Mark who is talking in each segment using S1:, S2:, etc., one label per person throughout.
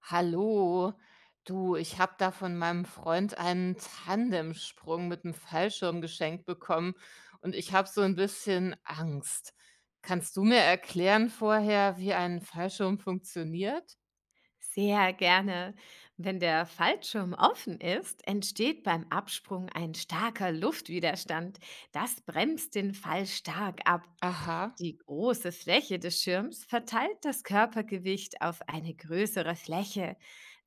S1: Hallo, du, ich habe da von meinem Freund einen Tandemsprung mit einem Fallschirm geschenkt bekommen und ich habe so ein bisschen Angst. Kannst du mir erklären vorher, wie ein Fallschirm funktioniert?
S2: Sehr gerne. Wenn der Fallschirm offen ist, entsteht beim Absprung ein starker Luftwiderstand. Das bremst den Fall stark ab.
S1: Aha,
S2: Die große Fläche des Schirms verteilt das Körpergewicht auf eine größere Fläche.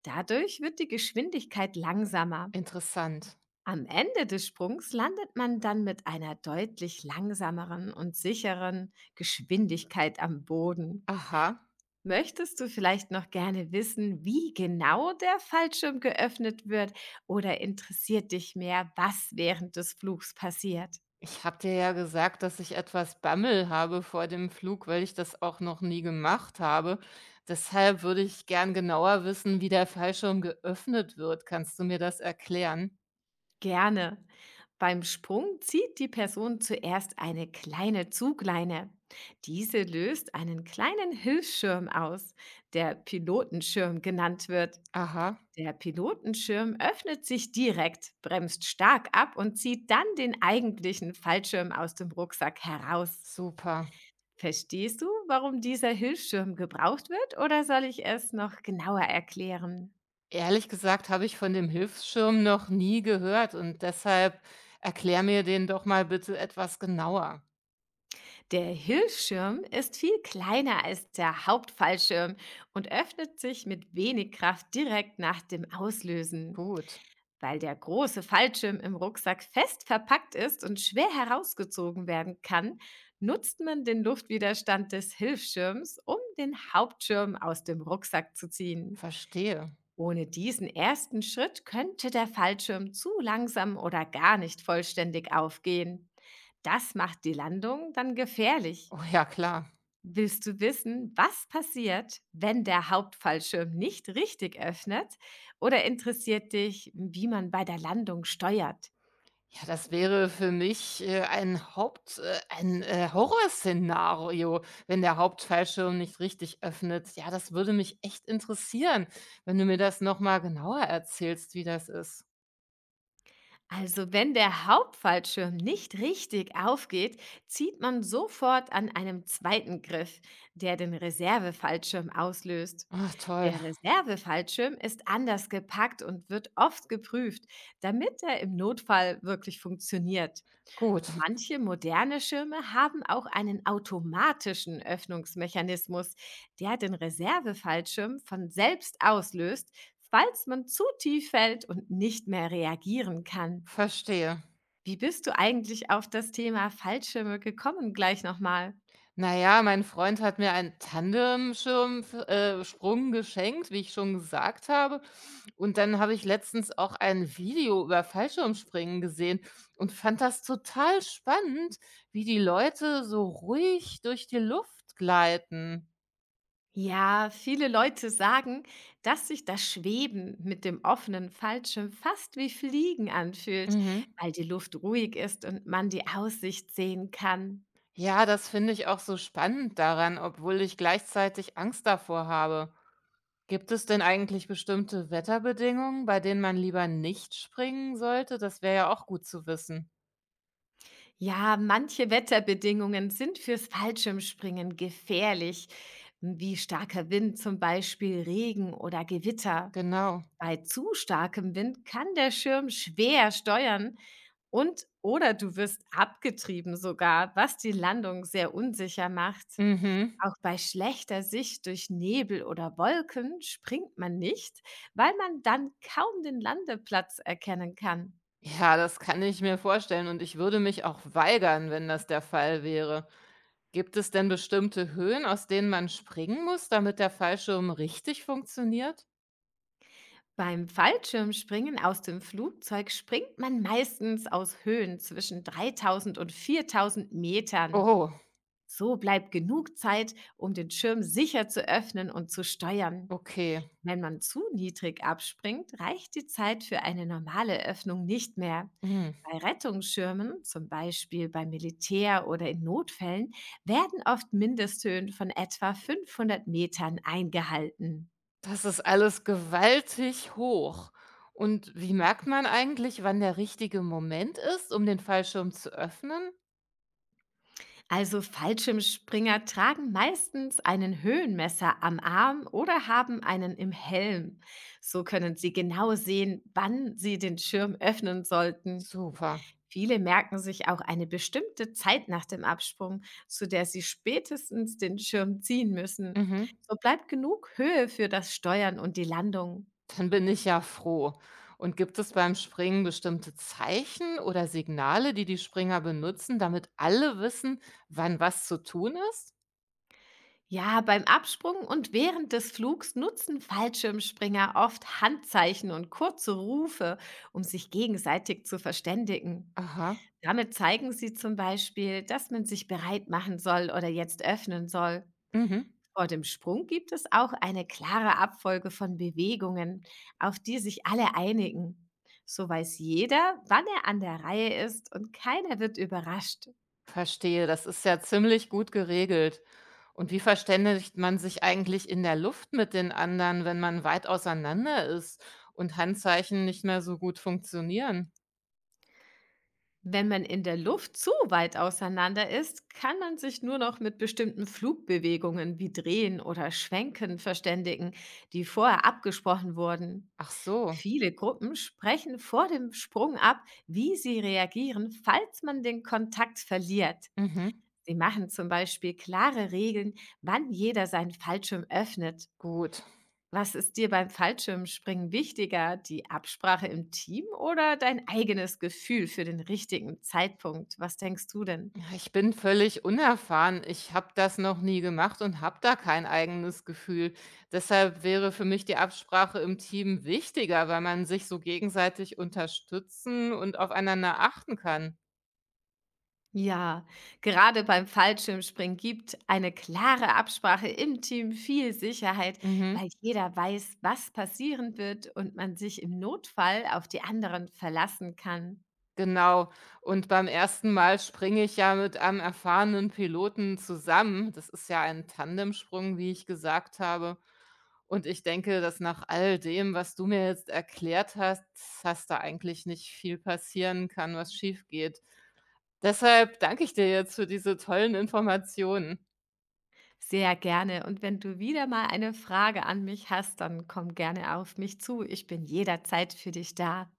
S2: Dadurch wird die Geschwindigkeit langsamer.
S1: interessant.
S2: Am Ende des Sprungs landet man dann mit einer deutlich langsameren und sicheren Geschwindigkeit am Boden.
S1: Aha,
S2: Möchtest du vielleicht noch gerne wissen, wie genau der Fallschirm geöffnet wird, oder interessiert dich mehr, was während des Flugs passiert?
S1: ich habe dir ja gesagt, dass ich etwas Bammel habe vor dem Flug, weil ich das auch noch nie gemacht habe. Deshalb würde ich gern genauer wissen, wie der Fallschirm geöffnet wird. Kannst du mir das erklären?
S2: Gerne. Beim Sprung zieht die Person zuerst eine kleine Zugleine. Diese löst einen kleinen Hilfsschirm aus, der Pilotenschirm genannt wird.
S1: Aha.
S2: Der Pilotenschirm öffnet sich direkt, bremst stark ab und zieht dann den eigentlichen Fallschirm aus dem Rucksack heraus.
S1: Super.
S2: Verstehst du, warum dieser Hilfsschirm gebraucht wird, oder soll ich es noch genauer erklären?
S1: Ehrlich gesagt habe ich von dem Hilfsschirm noch nie gehört und deshalb erklär mir den doch mal bitte etwas genauer.
S2: Der Hilfsschirm ist viel kleiner als der Hauptfallschirm und öffnet sich mit wenig Kraft direkt nach dem Auslösen.
S1: Gut,
S2: Weil der große Fallschirm im Rucksack fest verpackt ist und schwer herausgezogen werden kann, nutzt man den Luftwiderstand des Hilfsschirms, um den Hauptschirm aus dem Rucksack zu ziehen.
S1: verstehe.
S2: Ohne diesen ersten Schritt könnte der Fallschirm zu langsam oder gar nicht vollständig aufgehen. Das macht die Landung dann gefährlich.
S1: Oh ja, klar.
S2: Willst du wissen, was passiert, wenn der Hauptfallschirm nicht richtig öffnet? Oder interessiert dich, wie man bei der Landung steuert?
S1: Ja, das wäre für mich ein ein Horrorszenario, wenn der Hauptfallschirm nicht richtig öffnet. Ja, das würde mich echt interessieren, wenn du mir das noch mal genauer erzählst, wie das ist.
S2: Also wenn der Hauptfallschirm nicht richtig aufgeht, zieht man sofort an einem zweiten Griff, der den Reservefallschirm auslöst.
S1: Ah, toll.
S2: Der Reservefallschirm ist anders gepackt und wird oft geprüft, damit er im Notfall wirklich funktioniert.
S1: Gut,
S2: Manche moderne Schirme haben auch einen automatischen Öffnungsmechanismus, der den Reservefallschirm von selbst auslöst, falls man zu tief fällt und nicht mehr reagieren kann.
S1: verstehe.
S2: Wie bist du eigentlich auf das Thema Fallschirme gekommen? Gleich nochmal.
S1: Na ja, mein Freund hat mir einen Tandemschirm f Sprung geschenkt, wie ich schon gesagt habe. Und dann habe ich letztens auch ein Video über Fallschirmspringen gesehen und fand das total spannend, wie die Leute so ruhig durch die Luft gleiten.
S2: Ja, viele Leute sagen, dass sich das Schweben mit dem offenen Fallschirm fast wie Fliegen anfühlt,
S1: Mhm.
S2: weil die Luft ruhig ist und man die Aussicht sehen kann.
S1: Ja, das finde ich auch so spannend daran, obwohl ich gleichzeitig Angst davor habe. Gibt es denn eigentlich bestimmte Wetterbedingungen, bei denen man lieber nicht springen sollte? Das wäre ja auch gut zu wissen.
S2: Ja, manche Wetterbedingungen sind fürs Fallschirmspringen gefährlich, wie starker Wind zum Beispiel, Regen oder Gewitter.
S1: Genau.
S2: Bei zu starkem Wind kann der Schirm schwer steuern und oder du wirst abgetrieben sogar, was die Landung sehr unsicher macht.
S1: Mhm.
S2: Auch bei schlechter Sicht durch Nebel oder Wolken springt man nicht, weil man dann kaum den Landeplatz erkennen kann.
S1: Ja, das kann ich mir vorstellen und ich würde mich auch weigern, wenn das der Fall wäre. Gibt es denn bestimmte Höhen, aus denen man springen muss, damit der Fallschirm richtig funktioniert?
S2: Beim Fallschirmspringen aus dem Flugzeug springt man meistens aus Höhen zwischen 3000 und 4000 Metern.
S1: Oh,
S2: So bleibt genug Zeit, um den Schirm sicher zu öffnen und zu steuern.
S1: okay.
S2: Wenn man zu niedrig abspringt, reicht die Zeit für eine normale Öffnung nicht mehr.
S1: Mhm.
S2: Bei Rettungsschirmen, zum Beispiel beim Militär oder in Notfällen, werden oft Mindesthöhen von etwa 500 Metern eingehalten.
S1: Das ist alles gewaltig hoch. Und wie merkt man eigentlich, wann der richtige Moment ist, um den Fallschirm zu öffnen?
S2: Also Fallschirmspringer tragen meistens einen Höhenmesser am Arm oder haben einen im Helm. So können sie genau sehen, wann sie den Schirm öffnen sollten.
S1: Super.
S2: Viele merken sich auch eine bestimmte Zeit nach dem Absprung, zu der sie spätestens den Schirm ziehen müssen.
S1: Mhm.
S2: So bleibt genug Höhe für das Steuern und die Landung.
S1: Dann bin ich ja froh. Und gibt es beim Springen bestimmte Zeichen oder Signale, die die Springer benutzen, damit alle wissen, wann was zu tun ist?
S2: Ja, beim Absprung und während des Flugs nutzen Fallschirmspringer oft Handzeichen und kurze Rufe, um sich gegenseitig zu verständigen.
S1: Aha,
S2: Damit zeigen sie zum Beispiel, dass man sich bereit machen soll oder jetzt öffnen soll.
S1: mhm.
S2: Vor dem Sprung gibt es auch eine klare Abfolge von Bewegungen, auf die sich alle einigen. So weiß jeder, wann er an der Reihe ist und keiner wird überrascht.
S1: Verstehe. Das ist ja ziemlich gut geregelt. Und wie verständigt man sich eigentlich in der Luft mit den anderen, wenn man weit auseinander ist und Handzeichen nicht mehr so gut funktionieren?
S2: Wenn man in der Luft zu weit auseinander ist, kann man sich nur noch mit bestimmten Flugbewegungen wie Drehen oder Schwenken verständigen, die vorher abgesprochen wurden.
S1: Ach so,
S2: Viele Gruppen sprechen vor dem Sprung ab, wie sie reagieren, falls man den Kontakt verliert.
S1: mhm.
S2: Sie machen zum Beispiel klare Regeln, wann jeder seinen Fallschirm öffnet.
S1: Gut.
S2: Was ist dir beim Fallschirmspringen wichtiger, die Absprache im Team oder dein eigenes Gefühl für den richtigen Zeitpunkt? Was denkst du denn?
S1: Ja, ich bin völlig unerfahren. Ich habe das noch nie gemacht und habe da kein eigenes Gefühl. Deshalb wäre für mich die Absprache im Team wichtiger, weil man sich so gegenseitig unterstützen und aufeinander achten kann.
S2: Ja, gerade beim Fallschirmspringen gibt eine klare Absprache im Team viel Sicherheit,
S1: Mhm.
S2: weil jeder weiß, was passieren wird und man sich im Notfall auf die anderen verlassen kann.
S1: Genau. Und beim ersten Mal springe ich ja mit einem erfahrenen Piloten zusammen. Das ist ja ein Tandemsprung, wie ich gesagt habe. Und ich denke, dass nach all dem, was du mir jetzt erklärt hast, dass da eigentlich nicht viel passieren kann, was schief geht. Deshalb danke ich dir jetzt für diese tollen Informationen.
S2: Sehr gerne. Und wenn du wieder mal eine Frage an mich hast, dann komm gerne auf mich zu. Ich bin jederzeit für dich da.